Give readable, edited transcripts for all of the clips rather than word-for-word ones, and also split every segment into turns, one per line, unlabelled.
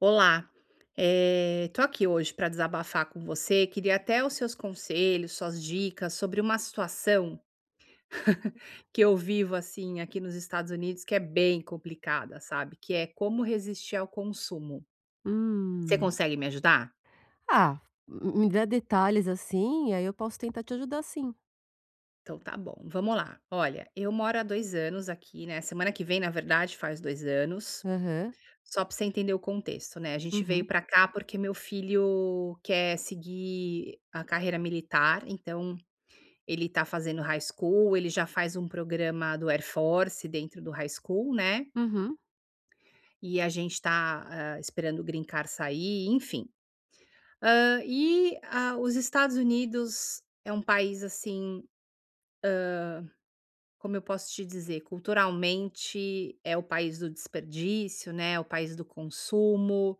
Olá, tô aqui hoje para desabafar com você. Queria até os seus conselhos, suas dicas sobre uma situação que eu vivo assim aqui nos Estados Unidos que é bem complicada, sabe? Que é como resistir ao consumo. Você
Hum.
consegue me ajudar?
Ah, m me dá detalhes, assim, e aí eu posso tentar te ajudar, sim.
Então tá bom, vamos lá. Olha, eu moro há 2 anos aqui, né? Semana que vem, na verdade, faz 2 anos.
Aham.
Só para você entender o contexto, né? A gente veio
Uhum.
para cá porque meu filho quer seguir a carreira militar, então ele tá fazendo high school, ele já faz um programa do Air Force dentro do high school, né,
Uhum.
e a gente tá, esperando o green card sair, enfim. E a os Estados Unidos é um país, assim, como eu posso te dizer, culturalmente é o país do desperdício, né, é o país do consumo.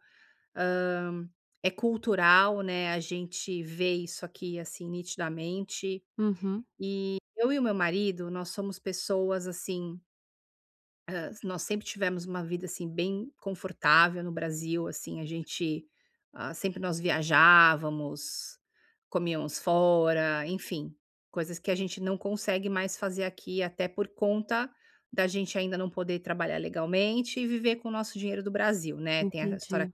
hã, É cultural, né, a gente vê isso aqui, assim, nitidamente.
Uhum.
E eu e o meu marido, nós somos pessoas, assim. Nós sempre tivemos uma vida, assim, bem confortável no Brasil, assim, a gente, sempre nós viajávamos, comíamos fora, enfim, coisas que a gente não consegue mais fazer aqui, até por conta da gente ainda não poder trabalhar legalmente e viver com o nosso dinheiro do Brasil, né, tem a história.
Entendi.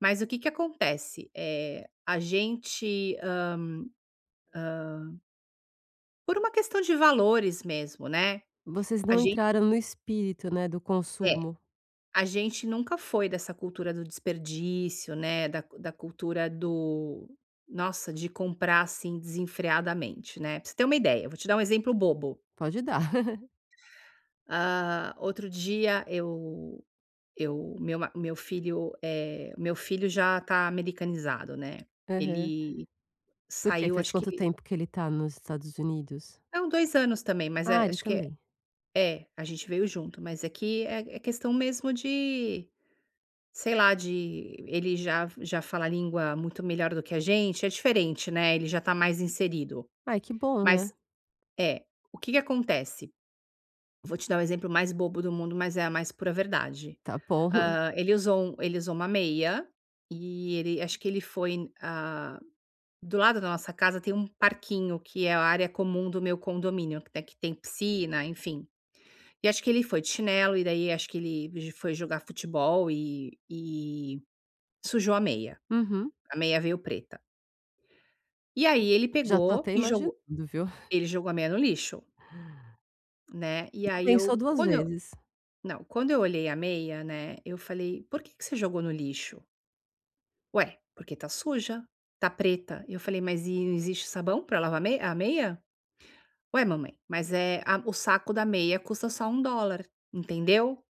Mas o que que acontece? É a gente, por uma questão de valores mesmo, né,
Vocês
a
não
gente.
entraram no espírito, né, do
É.
consumo.
A gente nunca foi dessa cultura do desperdício, né, da cultura do nossa, de comprar, assim, desenfreadamente, né. Pra você ter uma ideia, eu vou te dar um exemplo bobo.
Pode dar.
Outro dia eu meu filho, é meu filho já tá americanizado, né.
Aham.
Ele
Por quê?
saiu
Faz
acho
quanto
que
tempo que ele tá nos Estados Unidos?
não, 2 anos também, mas
Ah,
é
ele
acho que é,
também.
é, a gente veio junto, mas aqui é que é questão mesmo de sei lá, de ele já fala a língua muito melhor do que a gente, é diferente, né, ele já tá mais inserido.
Ai, que bom, né.
Mas é, o que que acontece? Vou te dar o exemplo mais bobo do mundo, mas é a mais pura verdade.
Tá bom.
Ele usou um ele usou uma meia, e ele acho que ele foi, do lado da nossa casa tem um parquinho que é a área comum do meu condomínio, que tem piscina, enfim. E acho que ele foi de chinelo, e daí acho que foi jogar futebol e sujou a meia.
Uhum.
A meia veio preta. E aí ele
Já
pegou
tô até
e
imaginando,
jogou,
viu.
ele jogou a meia no lixo, né, e
Não
aí
pensou
eu
2
quando eu
vezes.
não, quando eu olhei a meia, né, eu falei: "Por que que você jogou no lixo?". "Ué, porque tá suja, tá preta". Eu falei: "Mas e não existe sabão pra lavar mei a meia?". "Ué, mamãe, mas, é a o saco da meia custa só $1, entendeu?".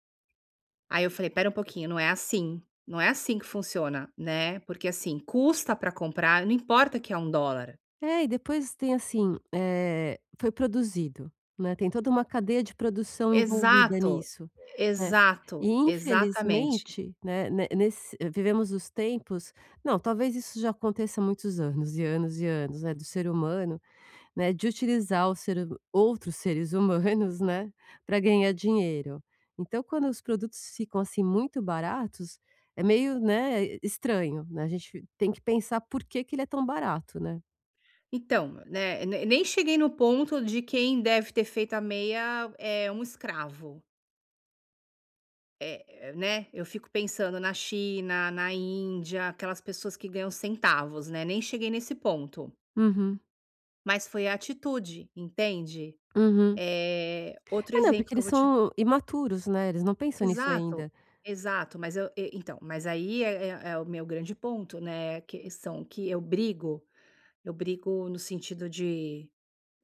Aí eu falei: "Espera um pouquinho, não é assim, não é assim que funciona, né, porque assim, custa pra comprar, não importa que é $1".
É, e depois tem assim, foi produzido, né, tem toda uma cadeia de produção envolvida
Exato,
nisso, né.
exato,
E
exatamente.
infelizmente, né, ne nesse vivemos os tempos. Não, talvez isso já aconteça há muitos anos e anos e anos, né, do ser humano, né, de utilizar o ser hu outros seres humanos, né, para ganhar dinheiro. Então quando os produtos ficam, assim, muito baratos, é meio, né, estranho, né, a gente tem que pensar por que que ele é tão barato, né.
Então, né, ne nem cheguei no ponto de quem deve ter feito a meia é um escravo, né, eu fico pensando na China, na Índia, aquelas pessoas que ganham centavos, né, nem cheguei nesse ponto,
Uhum.
mas foi a atitude, entende.
Uhum.
Outro
É, não,
exemplo
porque
que eu
eles
vou te,
são imaturos, né, eles não pensam nisso
exato,
ainda,
exato, mas eu e então, mas aí é o meu grande ponto, né, a questão que eu brigo. Eu brigo no sentido de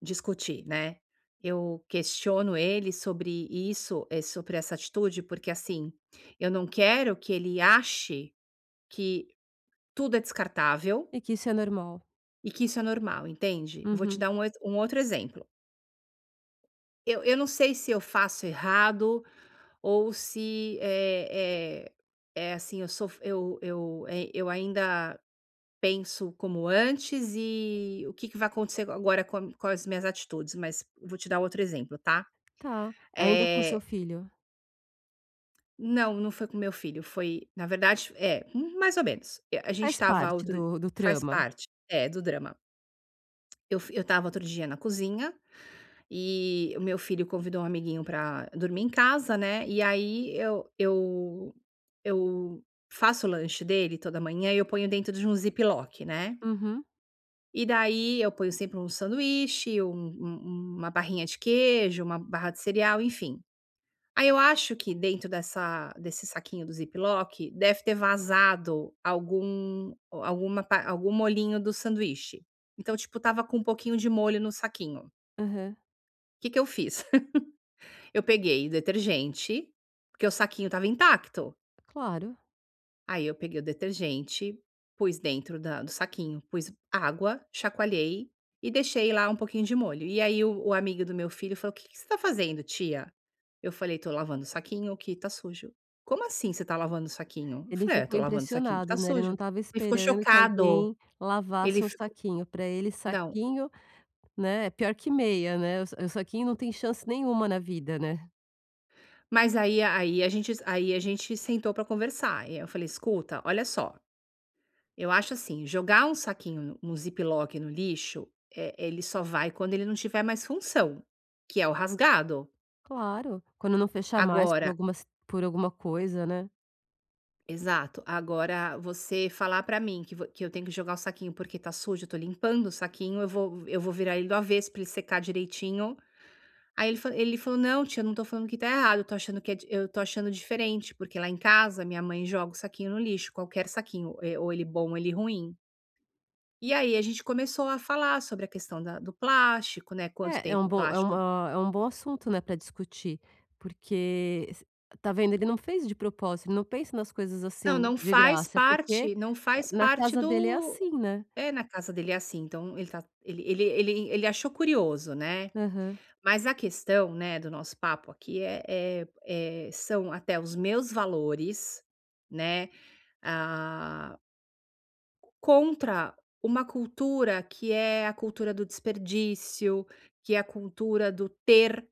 discutir, né. Eu questiono ele sobre isso, sobre essa atitude, porque, assim, eu não quero que ele ache que tudo é descartável
e que isso é normal.
e que isso é normal, entende? Eu vou te
Uhum.
dar um ex um outro exemplo. Eu não sei se eu faço errado ou se, é assim, eu sou eu ainda penso como antes e o que que vai acontecer agora com a com as minhas atitudes, mas vou te dar outro exemplo, tá.
Tá, ainda com seu
Eh,
filho.
não, não foi com meu filho, foi na verdade é, mais ou menos. A gente
Faz
estava
parte
outro,
do
faz
trama.
parte, é, do drama. Eu estava outro dia na cozinha e o meu filho convidou um amiguinho pra dormir em casa, né, e aí eu faço o lanche dele toda manhã e eu ponho dentro de um ziploc, né.
Uhum,
E daí eu ponho sempre um sanduíche, uma barrinha de queijo, uma barra de cereal, enfim. Aí eu acho que dentro dessa desse saquinho do Ziploc, deve ter vazado algum alguma pa algum molhinho do sanduíche. Então, tipo, tava com um pouquinho de molho no saquinho.
aham.
O que que eu fiz? Eu peguei detergente, porque o saquinho estava intacto.
Claro.
Aí eu peguei o detergente, pus dentro da do saquinho, pus água, chacoalhei e deixei lá um pouquinho de molho. E aí o amigo do meu filho falou: "O que que você tá fazendo, tia?". Eu falei: "Tô lavando o saquinho que tá sujo". "Como assim você tá lavando o saquinho?". Eu
Ele
falei: "É,
ficou
tô lavando o saquinho que tá
impressionado, né, ele não
sujo".
estava
Ele ficou
esperando que
chocado,
alguém
ele
lavasse um
ficou,
saquinho, para ele
não,
saquinho, né, é pior que meia, né, o saquinho não tem chance nenhuma na vida, né.
mas aí, aí a gente, aí a gente sentou pra conversar, e eu falei: "Escuta, olha só. Eu acho assim, jogar um saquinho, um ziploc no lixo, ele só vai quando ele não tiver mais função, que é o rasgado.
Claro, quando não fechar mais
Agora,
por alguma coisa, né.
exato, agora você falar pra mim que vo que eu tenho que jogar o saquinho porque tá sujo, eu tô limpando o saquinho, eu vou, virar ele do avesso pra ele secar direitinho". Aí ele falou: "Não tia, eu não tô falando que tá errado, eu tô achando que é di eu tô achando diferente, porque lá em casa minha mãe joga o saquinho no lixo, qualquer saquinho, ou ele bom ou ele ruim". E aí a gente começou a falar sobre a questão da do plástico, né, quanto
É, é um
tempo o
bom é
plástico,
uma é um bom assunto, né, para discutir, porque s tá vendo, ele não fez de propósito, ele não pensa nas coisas assim, de graça, porque,
não faz
na
parte
casa dele é
do,
assim, né.
é, na casa dele é assim, então ele tá ele ele ele ele achou curioso, né.
Aham.
Mas a questão, né, do nosso papo aqui é são até os meus valores, né, ah, contra uma cultura que é a cultura do desperdício, que é a cultura do ter,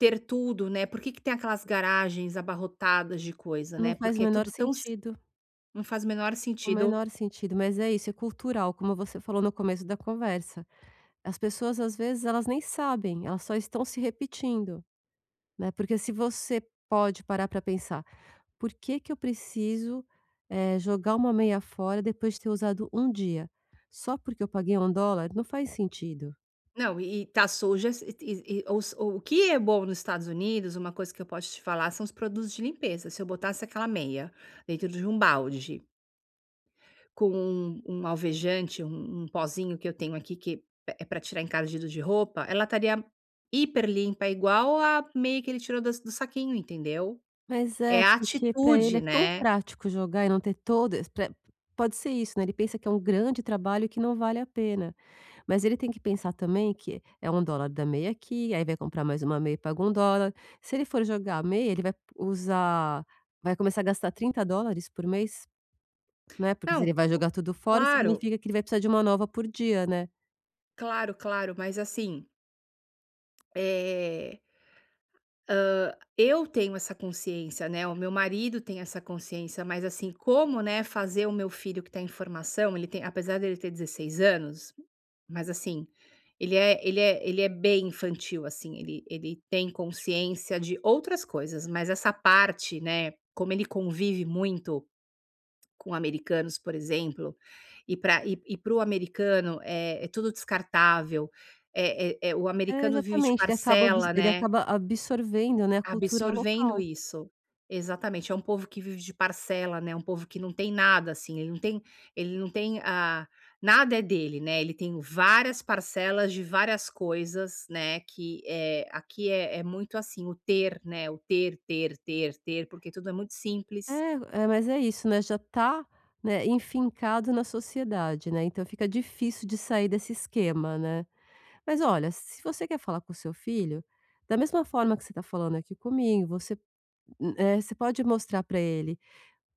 ter tudo, né, por que que tem aquelas garagens abarrotadas de coisa,
Não
né,
faz
porque é tudo tão s não faz o menor
o
sentido.
menor sentido, mas é isso, é cultural, como você falou no começo da conversa. As pessoas, às vezes, elas nem sabem, elas só estão se repetindo, né, porque se você pode parar para pensar. Por que que eu preciso, jogar uma meia fora depois de ter usado um dia? Só porque eu paguei um dólar? Não faz sentido.
Não, e tá suja, e os, o que é bom nos Estados Unidos, uma coisa que eu posso te falar, são os produtos de limpeza. Se eu botasse aquela meia dentro de um balde com um alvejante, um pozinho que eu tenho aqui que é para tirar encardido de roupa, ela estaria hiper limpa, igual a meia que ele tirou das do saquinho, entendeu.
Mas
É
é,
a
porque para ele é
atitude,
tão
né.
prático jogar e não ter todo es pra. Pode ser isso, né, ele pensa que é um grande trabalho que não vale a pena, mas ele tem que pensar também que é um dólar da meia aqui, aí vai comprar mais uma meia e paga um dólar. Se ele for jogar a meia, ele vai usar, vai começar a gastar US$ 30 por mês, né, porque se ele
Não,
vai jogar tudo fora,
claro.
significa que ele vai precisar de uma nova por dia, né.
Claro, claro, mas assim, eh, eu tenho essa consciência, né, o meu marido tem essa consciência, mas assim, como, né, fazer o meu filho que tá em formação, ele tem, apesar dele ter 16 anos, mas assim, ele é bem infantil, assim, ele tem consciência de outras coisas, mas essa parte, né, como ele convive muito com americanos, por exemplo, e para para o americano é tudo descartável. É, o
É,
americano vive de
exatamente, ele acaba abs
parcela,
ele
né,
acaba absorvendo, né, a cultura
absorvendo
local.
isso. Exatamente, é um povo que vive de parcela, né, um povo que não tem nada, assim, ele não tem a nada é dele, né, ele tem várias parcelas de várias coisas, né, que, aqui é muito assim, o ter, né, o ter, ter, ter, ter, porque tudo é muito simples.
É, é, mas é isso, né, já tá, né, enfincado na sociedade, né, então fica difícil de sair desse esquema, né. Mas olha, se você quer falar com o seu filho, da mesma forma que você tá falando aqui comigo, você, você pode mostrar pra ele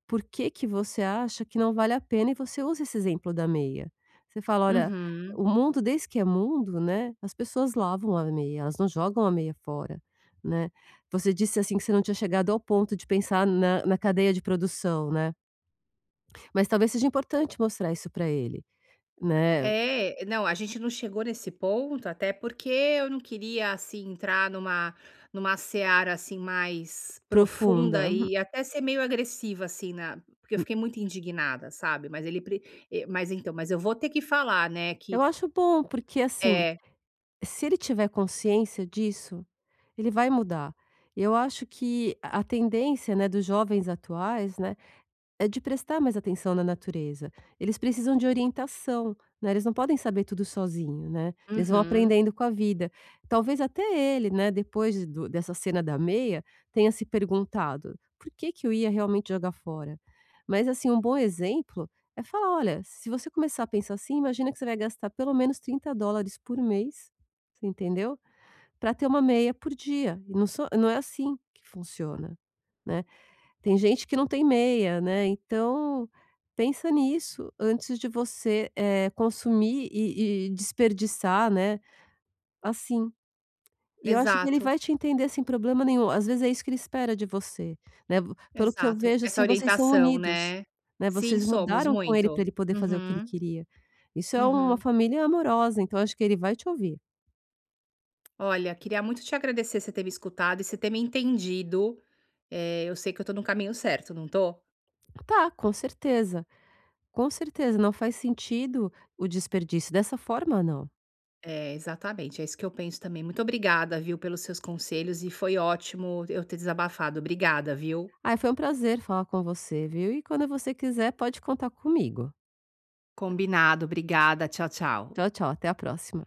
por que que você acha que não vale a pena e você usa esse exemplo da meia. Você fala: "Olha,
Uhum.
o mundo desde que é mundo, né, as pessoas lavam a meia, elas não jogam a meia fora", né. Você disse, assim, que você não tinha chegado ao ponto de pensar na cadeia de produção, né, mas talvez seja importante mostrar isso para ele, né,
É, não, a gente não chegou nesse ponto, até porque eu não queria, assim, entrar numa seara, assim, mais profunda
profunda.
e até ser meio agressiva, assim, na, porque eu
Hum.
fiquei muito indignada, sabe, mas ele pre, mas então, mas eu vou ter que falar, né,
Eu
que
acho bom, porque, assim,
é,
se ele tiver consciência disso, ele vai mudar. Eu acho que a tendência, né, dos jovens atuais, né, é de prestar mais atenção na natureza. Eles precisam de orientação, né, eles não podem saber tudo sozinho, né, eles vão
uhum,
aprendendo com a vida. Talvez até ele, né, depois de- do dessa cena da meia, tenha se perguntado: "Por que que eu ia realmente jogar fora?". Mas, assim, um bom exemplo é falar: "Olha, se você começar a pensar assim, imagina que você vai gastar pelo menos US$ 30 por mês", você entendeu? Para ter uma meia por dia", e não sou não é assim que funciona, né. Tem gente que não tem meia, né, então pensa nisso antes de você, consumir e desperdiçar, né, assim. E eu acho que ele
exato,
vai te entender sem problema nenhum, às vezes é isso que ele espera de você, né, vo pelo que eu
exato,
vejo,
essa
assim, vocês são
orientação,
unidos,
né.
né,
Sim,
vocês
somos
mudaram com ele para
muito.
ele poder fazer o que ele
Uhum,
queria. Isso é uma
uhum.
família amorosa, então acho que ele vai te ouvir.
Olha, queria muito te agradecer você ter me escutado e você ter me entendido. Eu sei que eu tô no caminho certo, não tô?
Tá, com certeza, não faz sentido o desperdício, dessa forma não.
É, exatamente, é isso que eu penso também. Muito obrigada, viu, pelos seus conselhos e foi ótimo eu ter desabafado. Obrigada, viu?
Ai, foi um prazer falar com você, viu. E quando você quiser, pode contar comigo.
Combinado, obrigada. Tchau, tchau.
Tchau, tchau, até a próxima.